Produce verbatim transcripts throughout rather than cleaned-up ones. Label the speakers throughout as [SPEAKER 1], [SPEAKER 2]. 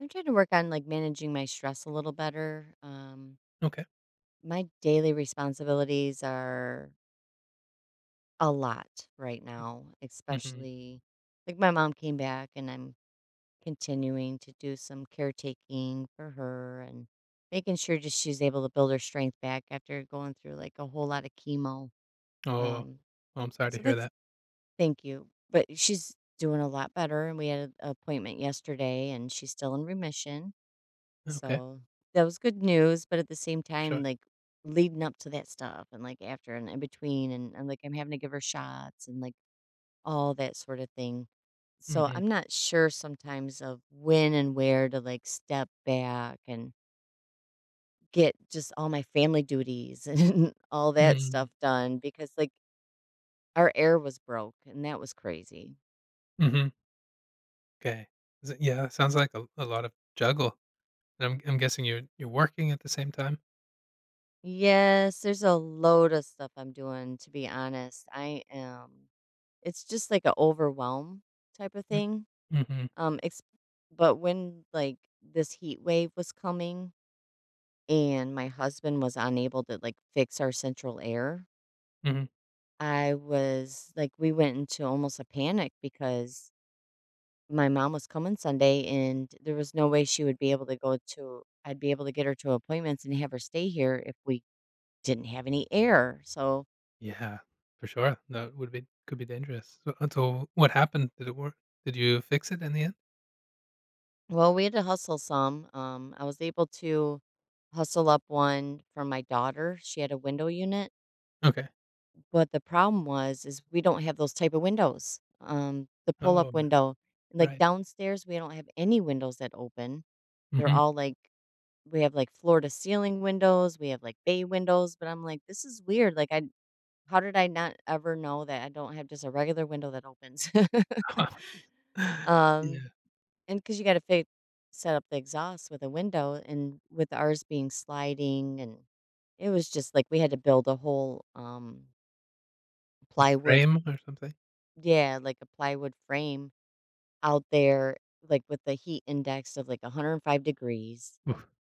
[SPEAKER 1] I'm trying to work on like managing my stress a little better. Um,
[SPEAKER 2] Okay.
[SPEAKER 1] my daily responsibilities are a lot right
[SPEAKER 2] M
[SPEAKER 1] now,
[SPEAKER 2] mhm.
[SPEAKER 1] especially like my mom came back and I'm continuing to do some caretaking for her and making sure just she's able to build her strength back after going through like a whole lot of chemo.
[SPEAKER 2] Oh, oh.
[SPEAKER 1] Um,
[SPEAKER 2] I'm sorry to
[SPEAKER 1] so
[SPEAKER 2] hear
[SPEAKER 1] that's
[SPEAKER 2] that.
[SPEAKER 1] thank you. But she's doing a lot better and we had an appointment yesterday and she's still in remission.
[SPEAKER 2] Okay,
[SPEAKER 1] So, that was good news, but at the same
[SPEAKER 2] for sure.
[SPEAKER 1] time, like, leading up to that stuff and, like, after and in between and and, like, I'm having to give her shots and, like, all that sort of thing. So,
[SPEAKER 2] Mhm.
[SPEAKER 1] I'm not sure sometimes of when and where to, like, step back and get just all my family duties and all that stuff
[SPEAKER 2] Mm.
[SPEAKER 1] done because, like, our air was broke, and that was crazy.
[SPEAKER 2] Mhm. 'Kay. S Yeah, that sounds like a a lot of juggle, and I'm I'm guessing you're you're working at the same time?
[SPEAKER 1] Yes, there's a load of stuff I'm doing, to be honest. I am. It's just like a overwhelm type of
[SPEAKER 2] Mm.
[SPEAKER 1] thing,
[SPEAKER 2] Mhm,
[SPEAKER 1] um, ex but when, like, this heat wave was coming and my husband was unable to, like, fix our central air,
[SPEAKER 2] mhm.
[SPEAKER 1] I was like, we went into almost a panic because my mom was coming Sunday, and there was no way she would be able to go to I'd be able to get her to appointments and have her stay here if we didn't have any air, so
[SPEAKER 2] Yeah, for sure. That would be could be dangerous. So uh, so what happened? Did it work? Did you fix it in the end?
[SPEAKER 1] well, we had to hustle some. Um, I was able to hustle up one for my daughter. She had a window unit,
[SPEAKER 2] Okay.
[SPEAKER 1] but the problem was is we don't have those type of windows. Um, the pull up
[SPEAKER 2] Oh, n
[SPEAKER 1] window, like
[SPEAKER 2] Right.
[SPEAKER 1] downstairs, we don't have any windows that open. They're
[SPEAKER 2] Mhm.
[SPEAKER 1] all like we have like floor to ceiling windows. We have like bay windows, but I'm like, this is weird. Like, I how did I not ever know that I don't have just a regular window that opens?
[SPEAKER 2] Oh, jeez.
[SPEAKER 1] um,
[SPEAKER 2] Yeah.
[SPEAKER 1] And because you gotta fi set up the exhaust with a window, and with ours being sliding, and it was just, like, we had to build a whole, um,
[SPEAKER 2] Like a
[SPEAKER 1] plywood
[SPEAKER 2] frame or something?
[SPEAKER 1] yeah, like, a plywood frame out there, like, with the heat index of, like, one hundred five degrees.
[SPEAKER 2] Oof.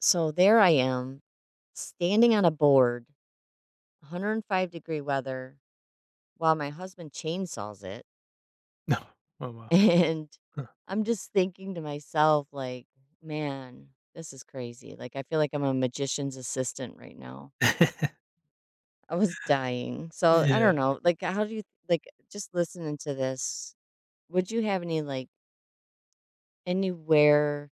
[SPEAKER 1] So there I am, standing on a board, one hundred five degree weather, while my husband chainsaws it.
[SPEAKER 2] No. Oh, wow.
[SPEAKER 1] And
[SPEAKER 2] Huh.
[SPEAKER 1] I'm just thinking to myself, like, man, this is crazy. Like, I feel like I'm a magician's assistant right now. I was dying. So I don't
[SPEAKER 2] Yeah.
[SPEAKER 1] know. Like, how do you, like, just listening to this, would you have any, like, anywhere,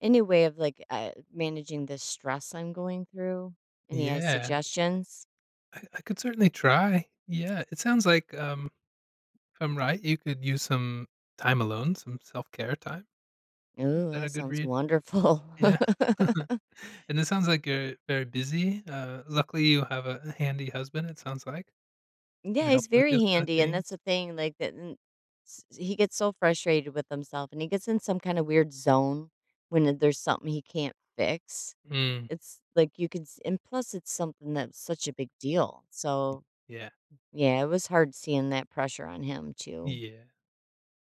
[SPEAKER 1] any way of, like, uh, managing this stress I'm going through? Any uh,
[SPEAKER 2] Yeah.
[SPEAKER 1] suggestions?
[SPEAKER 2] I I could certainly try. Yeah, it sounds like, um, if I'm right, you could use some time alone, some self-care time. Is
[SPEAKER 1] Ooh,
[SPEAKER 2] that
[SPEAKER 1] that
[SPEAKER 2] a good
[SPEAKER 1] sounds
[SPEAKER 2] read?
[SPEAKER 1] wonderful.
[SPEAKER 2] Yeah. And it sounds like you're very busy. Uh, luckily, you have a handy husband, it sounds like, can
[SPEAKER 1] Yeah,
[SPEAKER 2] help
[SPEAKER 1] he's
[SPEAKER 2] you with
[SPEAKER 1] very
[SPEAKER 2] those kind of
[SPEAKER 1] handy, and
[SPEAKER 2] things.
[SPEAKER 1] that's the thing, like, that n s he gets so frustrated with himself, and he gets in some kinda weird zone when uh, there's something he can't fix.
[SPEAKER 2] Mm,
[SPEAKER 1] It's like you can, s and plus it's something that's such a big deal, so,
[SPEAKER 2] yeah.
[SPEAKER 1] yeah, it was hard seeing that pressure on him too.
[SPEAKER 2] Yeah.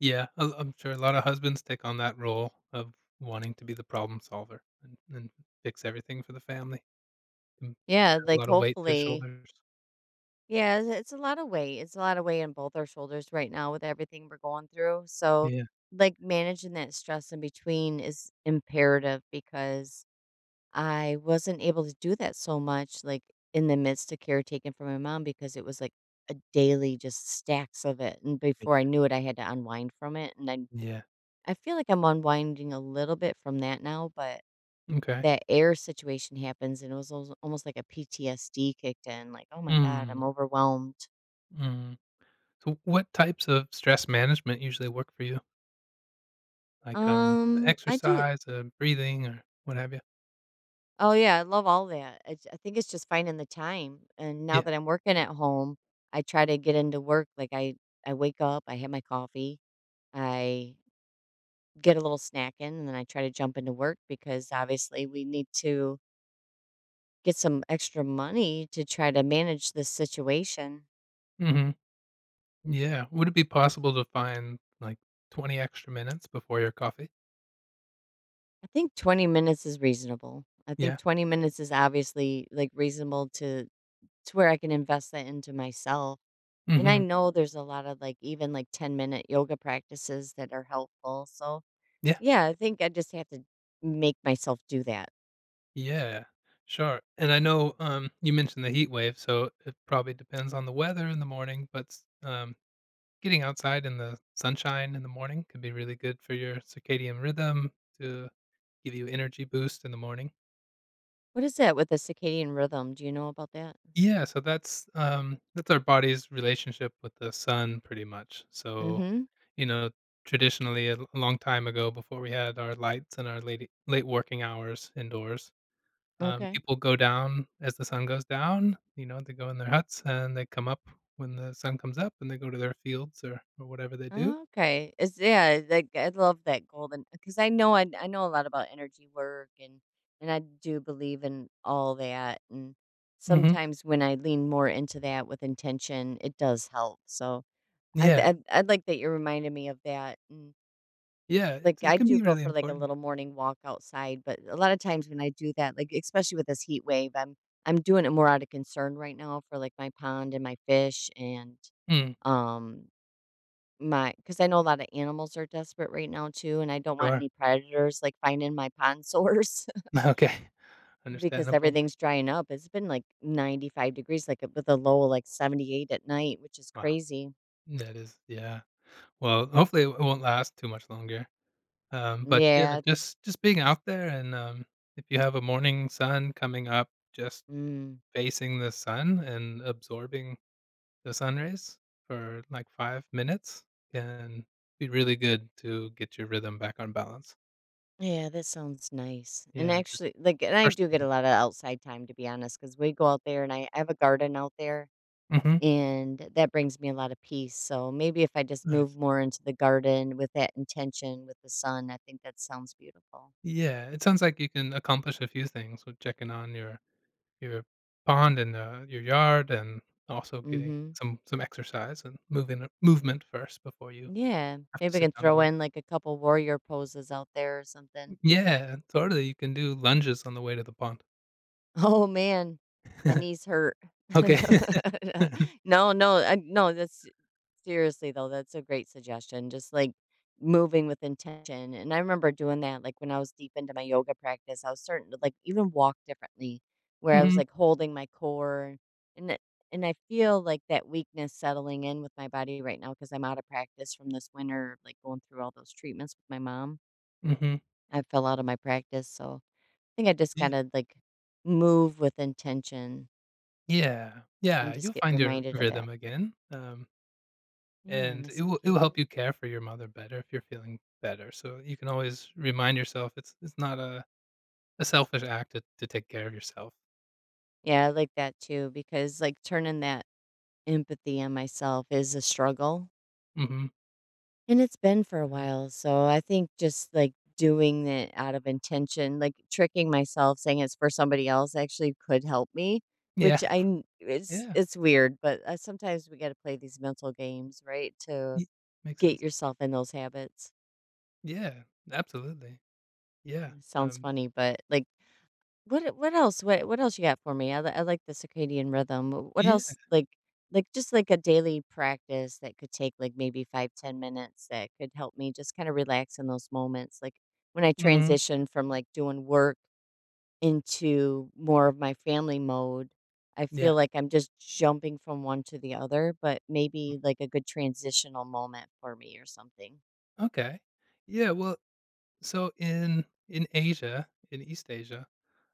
[SPEAKER 2] Yeah, I I'm sure a lot of husbands take on that role of wanting to be the problem solver and and fix everything for the family, and
[SPEAKER 1] Yeah,
[SPEAKER 2] have a
[SPEAKER 1] like,
[SPEAKER 2] lot of weight to
[SPEAKER 1] hopefully
[SPEAKER 2] shoulders.
[SPEAKER 1] yeah, it's it's a lot of weight, it's a lot of weight on both our shoulders right now with everything we're going through, so,
[SPEAKER 2] Yeah.
[SPEAKER 1] like, managing that stress in between is imperative because I wasn't able to do that so much, like, in the midst of caretaking for my mom because it was, like, a daily just stacks of it, and before I
[SPEAKER 2] Yeah.
[SPEAKER 1] knew it, I had to unwind from it, and I
[SPEAKER 2] Yeah.
[SPEAKER 1] I feel like I'm unwinding a little bit from that now, but
[SPEAKER 2] Okay.
[SPEAKER 1] that air situation happens, and it was als almost like a P T S D kicked in, like, "Oh my god,
[SPEAKER 2] Mm.
[SPEAKER 1] I'm overwhelmed."
[SPEAKER 2] Mm. So what types of stress management usually work for you? Like, um,
[SPEAKER 1] Um, I do
[SPEAKER 2] exercise, uh, breathing, or what have you?
[SPEAKER 1] Oh, yeah, I love all that. I j I think it's just finding the time, and now
[SPEAKER 2] Yeah.
[SPEAKER 1] that I'm working at home, I try to get into work, like, I I wake up, I have my coffee. I get a little snack in and then I try to jump into work because obviously we need to get some extra money to try to manage this situation.
[SPEAKER 2] Mhm. Yeah. Would it be possible to find, like, twenty extra minutes before your coffee?
[SPEAKER 1] I think twenty minutes is reasonable. I think
[SPEAKER 2] Yeah.
[SPEAKER 1] twenty minutes is obviously like reasonable to to where I can invest that into myself. And I
[SPEAKER 2] Mhm.
[SPEAKER 1] know there's a lot of like even like ten minute yoga practices that are helpful. So,
[SPEAKER 2] Yeah.
[SPEAKER 1] yeah, I think I just have to make myself do that.
[SPEAKER 2] Yeah. Sure. And I know, um, you mentioned the heat wave, so it probably depends on the weather in the morning, but s um, getting outside in the sunshine in the morning can be really good for your circadian rhythm to give you energy boost in the morning.
[SPEAKER 1] What is that with the circadian rhythm? Do you know about that?
[SPEAKER 2] Yeah, so that's, um that's our body's relationship with the sun pretty much. So,
[SPEAKER 1] Mhm.
[SPEAKER 2] you know, traditionally, a l a long time ago, before we had our lights and our late late working hours indoors, um,
[SPEAKER 1] Okay.
[SPEAKER 2] people go down as the sun goes down, you know, they go in their huts, and they come up when the sun comes up, and they go to their fields or or whatever they do.
[SPEAKER 1] Oh, okay. It's yeah, like I love that golden because I know I I know a lot about energy work and and I do believe in all that and
[SPEAKER 2] Mhm.
[SPEAKER 1] sometimes when I lean more into that with intention, it does help. So I
[SPEAKER 2] Yeah.
[SPEAKER 1] I I like that you reminded me of that and
[SPEAKER 2] Yeah,
[SPEAKER 1] like
[SPEAKER 2] it's it
[SPEAKER 1] I
[SPEAKER 2] can
[SPEAKER 1] do
[SPEAKER 2] be
[SPEAKER 1] go
[SPEAKER 2] really
[SPEAKER 1] for like a
[SPEAKER 2] important.
[SPEAKER 1] little morning walk outside, but a lot of times when I do that, like especially with this heat wave, I'm I'm doing it more out of concern right now for like my pond and my fish and
[SPEAKER 2] Mm.
[SPEAKER 1] um my, because I know a lot of animals are desperate right now too, and I don't want
[SPEAKER 2] Sure.
[SPEAKER 1] any predators, like, finding my pond source
[SPEAKER 2] Okay.
[SPEAKER 1] because
[SPEAKER 2] Understandable.
[SPEAKER 1] everything's drying up. It's been, like, ninety-five degrees, like, with a low of, like, seventy-eight at night, which is
[SPEAKER 2] Wow.
[SPEAKER 1] crazy.
[SPEAKER 2] That is yeah. Well, hopefully, it won't last too much longer. Um, but yeah,
[SPEAKER 1] Yeah.
[SPEAKER 2] just just being out there and, um, if you have a morning sun coming up, just
[SPEAKER 1] Mm.
[SPEAKER 2] facing the sun and absorbing the sun rays for, like, five minutes can be really good to get your rhythm back on balance.
[SPEAKER 1] Yeah, that sounds nice. And
[SPEAKER 2] Yeah, just
[SPEAKER 1] actually, like and I
[SPEAKER 2] first
[SPEAKER 1] do get a
[SPEAKER 2] thing.
[SPEAKER 1] lot of outside time, to be honest, because we go out there, and I I have a garden out there,
[SPEAKER 2] Mhm,
[SPEAKER 1] and that brings me a lot of peace. So maybe if I just move
[SPEAKER 2] nice.
[SPEAKER 1] more into the garden with that intention with the sun, I think that sounds beautiful.
[SPEAKER 2] Yeah, it sounds like you can accomplish a few things with checking on your your pond and, uh, your yard and also getting
[SPEAKER 1] Mhm.
[SPEAKER 2] some some exercise and moving movement first before you
[SPEAKER 1] Yeah,
[SPEAKER 2] have to
[SPEAKER 1] maybe I
[SPEAKER 2] sit
[SPEAKER 1] can
[SPEAKER 2] down to
[SPEAKER 1] throw
[SPEAKER 2] work.
[SPEAKER 1] in like a couple warrior poses out there or something.
[SPEAKER 2] Yeah, totally, you can do lunges on the way to the pond.
[SPEAKER 1] Oh man, my knees hurt.
[SPEAKER 2] Okay.
[SPEAKER 1] No, no, I, no. That's seriously though. That's a great suggestion. Just like moving with intention. And I remember doing that like when I was deep into my yoga practice. I was starting to like even walk differently, where I was
[SPEAKER 2] Mhm,
[SPEAKER 1] like holding my core and it- and I feel like that weakness settling in with my body right now because I'm out of practice from this winter, like going through all those treatments with my mom
[SPEAKER 2] mhm.
[SPEAKER 1] I fell out of my practice, so I think I just
[SPEAKER 2] Yeah.
[SPEAKER 1] gotta, like, move with intention
[SPEAKER 2] Yeah,
[SPEAKER 1] and
[SPEAKER 2] yeah,
[SPEAKER 1] just
[SPEAKER 2] you'll
[SPEAKER 1] get
[SPEAKER 2] find your
[SPEAKER 1] reminded of that.
[SPEAKER 2] rhythm again, um,
[SPEAKER 1] Yeah,
[SPEAKER 2] and
[SPEAKER 1] my
[SPEAKER 2] it will it will help
[SPEAKER 1] circadian.
[SPEAKER 2] you care for your mother better if you're feeling better, so you can always remind yourself it's it's not a a selfish act to to take care of yourself.
[SPEAKER 1] Yeah, I like that too because, like, turning that empathy on myself is a struggle,
[SPEAKER 2] Mhm.
[SPEAKER 1] and it's been for a
[SPEAKER 2] Yeah.
[SPEAKER 1] while, so I think just, like, doing it out of intention, like, tricking myself saying it's for somebody else actually could help me,
[SPEAKER 2] Yeah.
[SPEAKER 1] which I kn it's
[SPEAKER 2] Yeah.
[SPEAKER 1] it's weird, but, uh, sometimes we gotta play these mental games, right, to
[SPEAKER 2] Y Makes
[SPEAKER 1] get
[SPEAKER 2] sense.
[SPEAKER 1] yourself in those habits.
[SPEAKER 2] Yeah, absolutely. Yeah,
[SPEAKER 1] Mm, sounds
[SPEAKER 2] um
[SPEAKER 1] funny, but like, what what else? What what else you got for me? I, li- I like the circadian rhythm. Wh- What
[SPEAKER 2] Yeah.
[SPEAKER 1] else? Like like just like a daily practice that could take like maybe five ten minutes that could help me just kind of relax in those moments. Like when I
[SPEAKER 2] Mhm.
[SPEAKER 1] transition from like doing work into more of my family mode, I
[SPEAKER 2] Yeah.
[SPEAKER 1] feel like I'm just jumping from one to the other. But maybe like a good transitional moment for me or something.
[SPEAKER 2] Okay. Yeah, well, so in in Asia, in East Asia,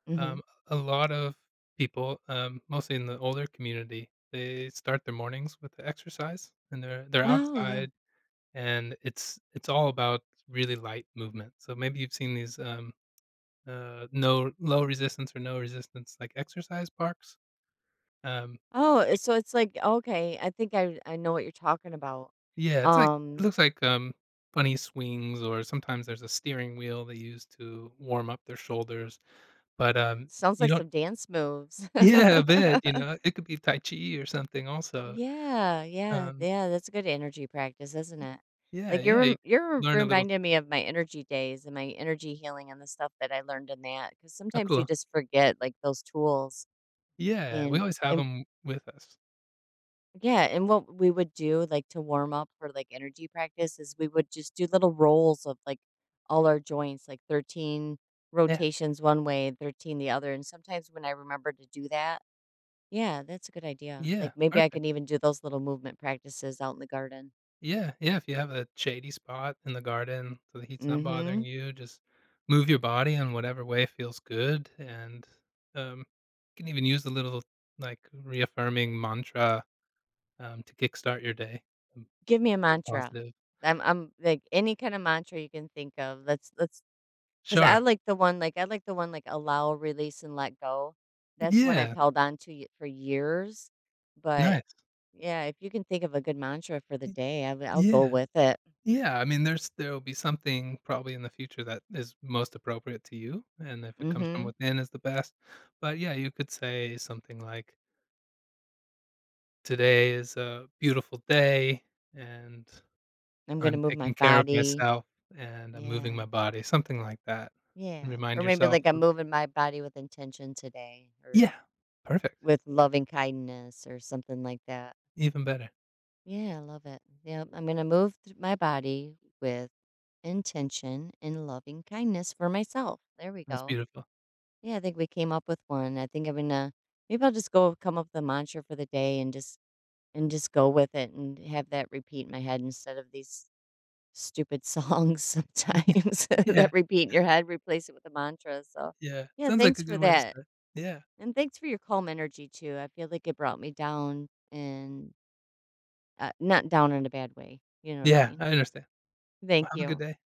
[SPEAKER 1] Hmm.
[SPEAKER 2] um, a lot of people, um, mostly in the older community, they start their mornings with the exercise, and they're they're
[SPEAKER 1] Oh yeah.
[SPEAKER 2] outside, and it's it's all about really light movement. So maybe you've seen these um, uh, no low resistance or no resistance like exercise parks. Um,
[SPEAKER 1] Oh, it's so it's like okay, I think I I know what you're talking about.
[SPEAKER 2] yeah, it's like it
[SPEAKER 1] Um,
[SPEAKER 2] looks like um, funny swings, or sometimes there's a steering wheel they use to warm up their shoulders, but um,
[SPEAKER 1] Sounds
[SPEAKER 2] you
[SPEAKER 1] like
[SPEAKER 2] don't.
[SPEAKER 1] some dance moves.
[SPEAKER 2] Yeah, a bit, you know, it could be Tai Chi or something also.
[SPEAKER 1] Yeah, yeah,
[SPEAKER 2] Um,
[SPEAKER 1] yeah. That's a good energy practice, isn't
[SPEAKER 2] y
[SPEAKER 1] it?
[SPEAKER 2] Yeah, oh,
[SPEAKER 1] Like you're
[SPEAKER 2] yeah, you
[SPEAKER 1] rem-
[SPEAKER 2] could
[SPEAKER 1] you're
[SPEAKER 2] learn a little.
[SPEAKER 1] reminding me of my energy days and my energy healing and the stuff that I learned in that. Because
[SPEAKER 2] Oh,
[SPEAKER 1] sometimes you
[SPEAKER 2] cool.
[SPEAKER 1] just forget like those tools
[SPEAKER 2] Yeah, we
[SPEAKER 1] and
[SPEAKER 2] always have
[SPEAKER 1] and
[SPEAKER 2] them with us.
[SPEAKER 1] yeah, and what we would do, like, to warm up for, like, energy practice is we would just do little rolls of, like, all our joints, like thirteen
[SPEAKER 2] Yeah,
[SPEAKER 1] rotations one way, thirteen the other, and sometimes when I remember to do that yeah, that's a good idea.
[SPEAKER 2] yeah,
[SPEAKER 1] Like, maybe I
[SPEAKER 2] perfect.
[SPEAKER 1] can even do those little movement practices out in the garden.
[SPEAKER 2] Yeah, yeah, if you have a shady spot in the garden so the heat's not bothering
[SPEAKER 1] Mhm.
[SPEAKER 2] you, just move your body in whatever way feels good, and, um, you can even use the little, like, reaffirming mantra, um, to kickstart your day. Um,
[SPEAKER 1] Give me a
[SPEAKER 2] Good
[SPEAKER 1] mantra.
[SPEAKER 2] positive.
[SPEAKER 1] I'm I'm like, any kind of mantra you can think of, let's let's 'cause I
[SPEAKER 2] Sure.
[SPEAKER 1] like the one like I like the one like allow, release, and let go. That's one I've
[SPEAKER 2] Yeah,
[SPEAKER 1] held on to y for years, but
[SPEAKER 2] nice.
[SPEAKER 1] yeah, if you can think of a good mantra for the
[SPEAKER 2] Y
[SPEAKER 1] day, I w I'll go
[SPEAKER 2] Yeah.
[SPEAKER 1] with it.
[SPEAKER 2] Yeah, I mean, there's there will be something probably in the future that is most appropriate to you, and if it comes from
[SPEAKER 1] Mhm.
[SPEAKER 2] within is the best. But yeah, you could say something like, "Today is a beautiful day, and
[SPEAKER 1] I'm gonna
[SPEAKER 2] I'm
[SPEAKER 1] move my
[SPEAKER 2] taking care of
[SPEAKER 1] body.
[SPEAKER 2] myself, and I'm moving my
[SPEAKER 1] Yeah,
[SPEAKER 2] body," something like that.
[SPEAKER 1] yeah,
[SPEAKER 2] And remind
[SPEAKER 1] or maybe
[SPEAKER 2] yourself
[SPEAKER 1] like I'm
[SPEAKER 2] of
[SPEAKER 1] moving my body with intention today or
[SPEAKER 2] yeah, perfect,
[SPEAKER 1] with loving kindness or something like that.
[SPEAKER 2] even better.
[SPEAKER 1] Yeah, I love it. Yep, I'm gonna move th my body with intention and loving kindness for myself. There we
[SPEAKER 2] That's
[SPEAKER 1] go.
[SPEAKER 2] beautiful.
[SPEAKER 1] Yeah, I think we came up with one. I think I'm gonna maybe I'll just go come up with a mantra for the day and just and just go with it and have that repeat in my head instead of these stupid songs sometimes that
[SPEAKER 2] Yeah,
[SPEAKER 1] repeat in your head, replace it with a mantra. So
[SPEAKER 2] yeah,
[SPEAKER 1] yeah,
[SPEAKER 2] sounds like
[SPEAKER 1] thanks
[SPEAKER 2] a
[SPEAKER 1] for
[SPEAKER 2] good way to
[SPEAKER 1] that.
[SPEAKER 2] start. Yeah,
[SPEAKER 1] And thanks for your calm energy too. I feel like it brought me down and uh, not down in a bad way. You know what I
[SPEAKER 2] yeah,
[SPEAKER 1] mean?
[SPEAKER 2] I understand. Well,
[SPEAKER 1] Thank
[SPEAKER 2] have a good
[SPEAKER 1] you.
[SPEAKER 2] day.